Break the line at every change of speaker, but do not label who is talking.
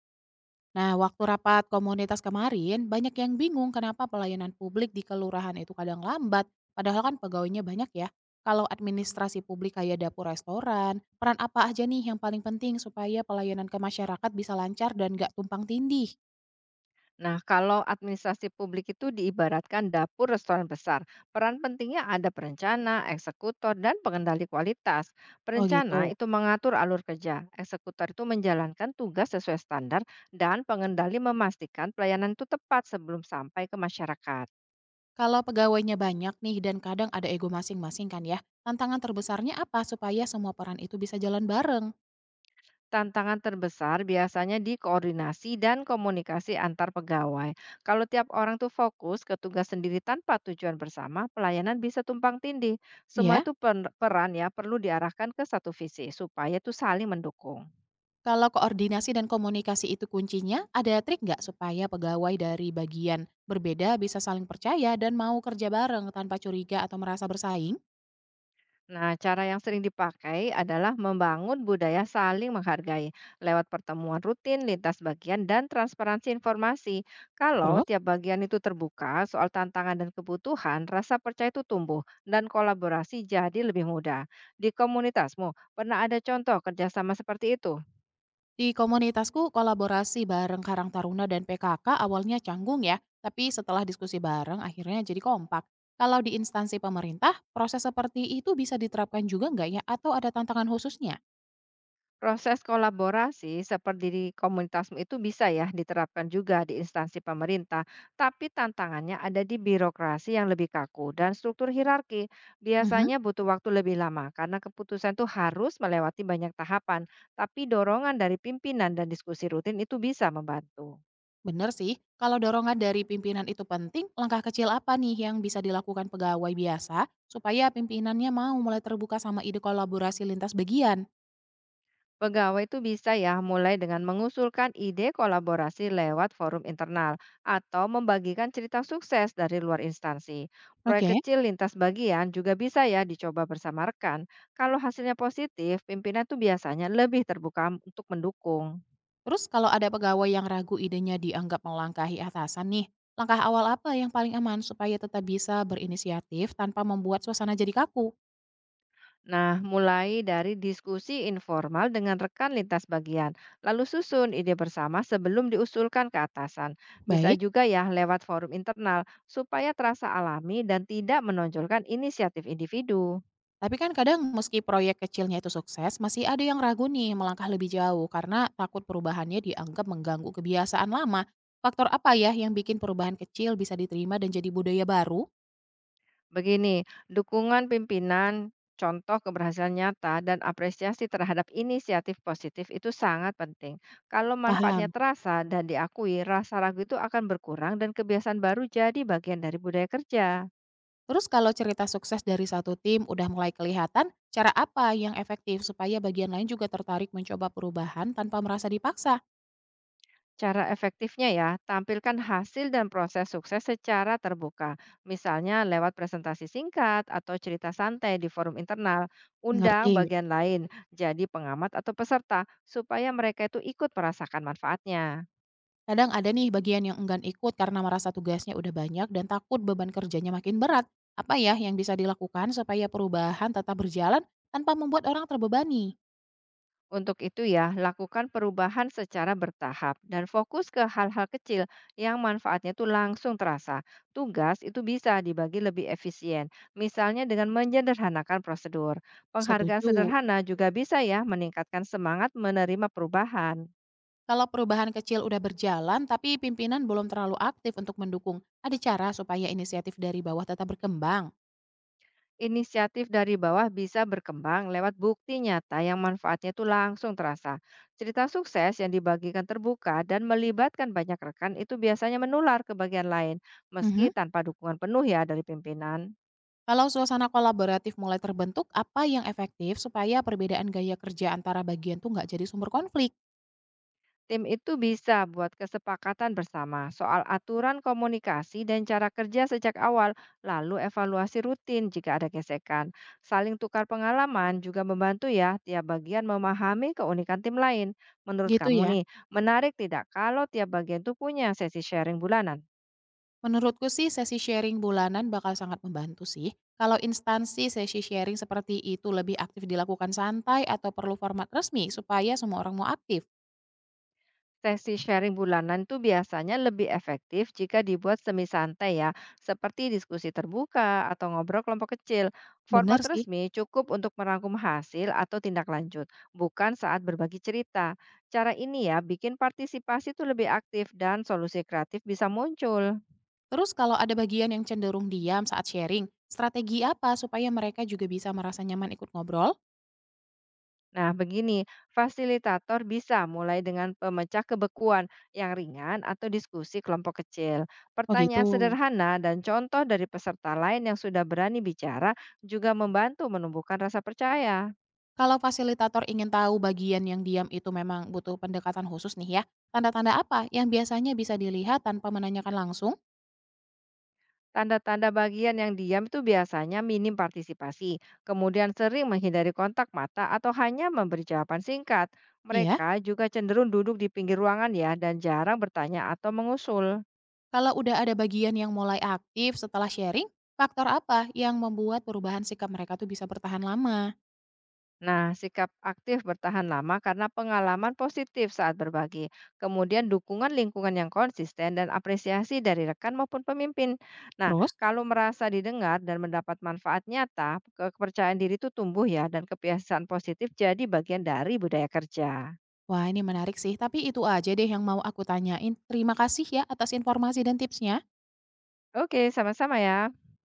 Nah, waktu rapat komunitas kemarin, banyak yang bingung kenapa pelayanan publik di kelurahan itu kadang lambat, padahal kan pegawainya banyak ya. Kalau administrasi publik kayak dapur restoran, peran apa aja nih yang paling penting supaya pelayanan ke masyarakat bisa lancar dan gak tumpang tindih?
Nah, kalau administrasi publik itu diibaratkan dapur restoran besar, peran pentingnya ada perencana, eksekutor, dan pengendali kualitas.
Oh gitu.
Perencana itu mengatur alur kerja, eksekutor itu menjalankan tugas sesuai standar, dan pengendali memastikan pelayanan itu tepat sebelum sampai ke masyarakat.
Kalau pegawainya banyak nih dan kadang ada ego masing-masing kan ya, tantangan terbesarnya apa supaya semua peran itu bisa jalan bareng?
Tantangan terbesar biasanya di koordinasi dan komunikasi antar pegawai. Kalau tiap orang tuh fokus ke tugas sendiri tanpa tujuan bersama, pelayanan bisa tumpang tindih. Semua
Ya?
itu peran ya perlu diarahkan ke satu visi supaya tuh saling mendukung.
Kalau koordinasi dan komunikasi itu kuncinya, ada trik nggak supaya pegawai dari bagian berbeda bisa saling percaya dan mau kerja bareng tanpa curiga atau merasa bersaing?
Nah, cara yang sering dipakai adalah membangun budaya saling menghargai lewat pertemuan rutin lintas bagian dan transparansi informasi. Kalau
Terus?
tiap bagian itu terbuka soal tantangan dan kebutuhan, rasa percaya itu tumbuh dan kolaborasi jadi lebih mudah. Di komunitasmu, pernah ada contoh kerjasama seperti itu?
Di komunitasku, kolaborasi bareng Karang Taruna dan PKK awalnya canggung ya, tapi setelah diskusi bareng akhirnya jadi kompak. Kalau di instansi pemerintah, proses seperti itu bisa diterapkan juga nggak ya atau ada tantangan khususnya?
Proses kolaborasi seperti di komunitasmu itu bisa ya diterapkan juga di instansi pemerintah, tapi tantangannya ada di birokrasi yang lebih kaku dan struktur hierarki.
Mhm.
Biasanya butuh waktu lebih lama karena keputusan itu harus melewati banyak tahapan, tapi dorongan dari pimpinan dan diskusi rutin itu bisa membantu.
Bener sih, kalau dorongan dari pimpinan itu penting, langkah kecil apa nih yang bisa dilakukan pegawai biasa supaya pimpinannya mau mulai terbuka sama ide kolaborasi lintas bagian?
Pegawai itu bisa ya mulai dengan mengusulkan ide kolaborasi lewat forum internal atau membagikan cerita sukses dari luar instansi. Proyek
Oke.
kecil lintas bagian juga bisa ya dicoba bersama rekan. Kalau hasilnya positif, pimpinan tuh biasanya lebih terbuka untuk mendukung.
Terus kalau ada pegawai yang ragu idenya dianggap melangkahi atasan nih, langkah awal apa yang paling aman supaya tetap bisa berinisiatif tanpa membuat suasana jadi kaku?
Nah, mulai dari diskusi informal dengan rekan lintas bagian, lalu susun ide bersama sebelum diusulkan ke atasan. Bisa
Baik.
juga ya lewat forum internal supaya terasa alami dan tidak menonjolkan inisiatif individu.
Tapi kan kadang meski proyek kecilnya itu sukses, masih ada yang ragu nih melangkah lebih jauh karena takut perubahannya dianggap mengganggu kebiasaan lama. Faktor apa ya yang bikin perubahan kecil bisa diterima dan jadi budaya baru?
Begini, dukungan pimpinan, contoh keberhasilan nyata, dan apresiasi terhadap inisiatif positif itu sangat penting. Kalau manfaatnya
Paham.
terasa dan diakui, rasa ragu itu akan berkurang dan kebiasaan baru jadi bagian dari budaya kerja.
Terus kalau cerita sukses dari satu tim udah mulai kelihatan, cara apa yang efektif supaya bagian lain juga tertarik mencoba perubahan tanpa merasa dipaksa?
Cara efektifnya ya, tampilkan hasil dan proses sukses secara terbuka. Misalnya lewat presentasi singkat atau cerita santai di forum internal. Undang
Ngerti.
bagian lain jadi pengamat atau peserta supaya mereka itu ikut merasakan manfaatnya.
Kadang ada nih bagian yang enggan ikut karena merasa tugasnya udah banyak dan takut beban kerjanya makin berat. Apa ya yang bisa dilakukan supaya perubahan tetap berjalan tanpa membuat orang terbebani?
Untuk itu ya, lakukan perubahan secara bertahap dan fokus ke hal-hal kecil yang manfaatnya itu langsung terasa. Tugas itu bisa dibagi lebih efisien, misalnya dengan menyederhanakan prosedur. Penghargaan
Setuju.
sederhana juga bisa ya meningkatkan semangat menerima perubahan.
Kalau perubahan kecil udah berjalan tapi pimpinan belum terlalu aktif untuk mendukung, ada cara supaya inisiatif dari bawah tetap berkembang.
Inisiatif dari bawah bisa berkembang lewat bukti nyata yang manfaatnya itu langsung terasa. Cerita sukses yang dibagikan terbuka dan melibatkan banyak rekan itu biasanya menular ke bagian lain, meski
Mhm.
tanpa dukungan penuh ya dari pimpinan.
Kalau suasana kolaboratif mulai terbentuk, apa yang efektif supaya perbedaan gaya kerja antara bagian tuh nggak jadi sumber konflik?
Tim itu bisa buat kesepakatan bersama soal aturan komunikasi dan cara kerja sejak awal, lalu evaluasi rutin jika ada gesekan. Saling tukar pengalaman juga membantu ya tiap bagian memahami keunikan tim lain. Menurut
Gitu
kamu
ya.
nih, menarik tidak kalau tiap bagian itu punya sesi sharing bulanan?
Menurutku sih sesi sharing bulanan bakal sangat membantu sih. Kalau instansi sesi sharing seperti itu lebih aktif dilakukan santai atau perlu format resmi supaya semua orang mau aktif.
Sesi sharing bulanan itu biasanya lebih efektif jika dibuat semi santai ya, seperti diskusi terbuka atau ngobrol kelompok kecil. Format
Bener sih.
resmi cukup untuk merangkum hasil atau tindak lanjut, bukan saat berbagi cerita. Cara ini ya bikin partisipasi tuh lebih aktif dan solusi kreatif bisa muncul.
Terus kalau ada bagian yang cenderung diam saat sharing, strategi apa supaya mereka juga bisa merasa nyaman ikut ngobrol?
Nah, begini, fasilitator bisa mulai dengan pemecah kebekuan yang ringan atau diskusi kelompok kecil.
Oh gitu.
Pertanyaan sederhana dan contoh dari peserta lain yang sudah berani bicara juga membantu menumbuhkan rasa percaya.
Kalau fasilitator ingin tahu bagian yang diam itu memang butuh pendekatan khusus nih ya, tanda-tanda apa yang biasanya bisa dilihat tanpa menanyakan langsung?
Tanda-tanda bagian yang diam itu biasanya minim partisipasi, kemudian sering menghindari kontak mata atau hanya memberi jawaban singkat.
Iya.
Mereka juga cenderung duduk di pinggir ruangan ya dan jarang bertanya atau mengusul.
Kalau udah ada bagian yang mulai aktif setelah sharing, faktor apa yang membuat perubahan sikap mereka tuh bisa bertahan lama?
Nah, sikap aktif bertahan lama karena pengalaman positif saat berbagi, kemudian dukungan lingkungan yang konsisten dan apresiasi dari rekan maupun pemimpin. Nah,
Terus,
kalau merasa didengar dan mendapat manfaat nyata, kepercayaan diri itu tumbuh ya dan kebiasaan positif jadi bagian dari budaya kerja.
wah, ini menarik sih, tapi itu aja deh yang mau aku tanyain. Terima kasih ya atas informasi dan tipsnya.
Oke, sama-sama ya.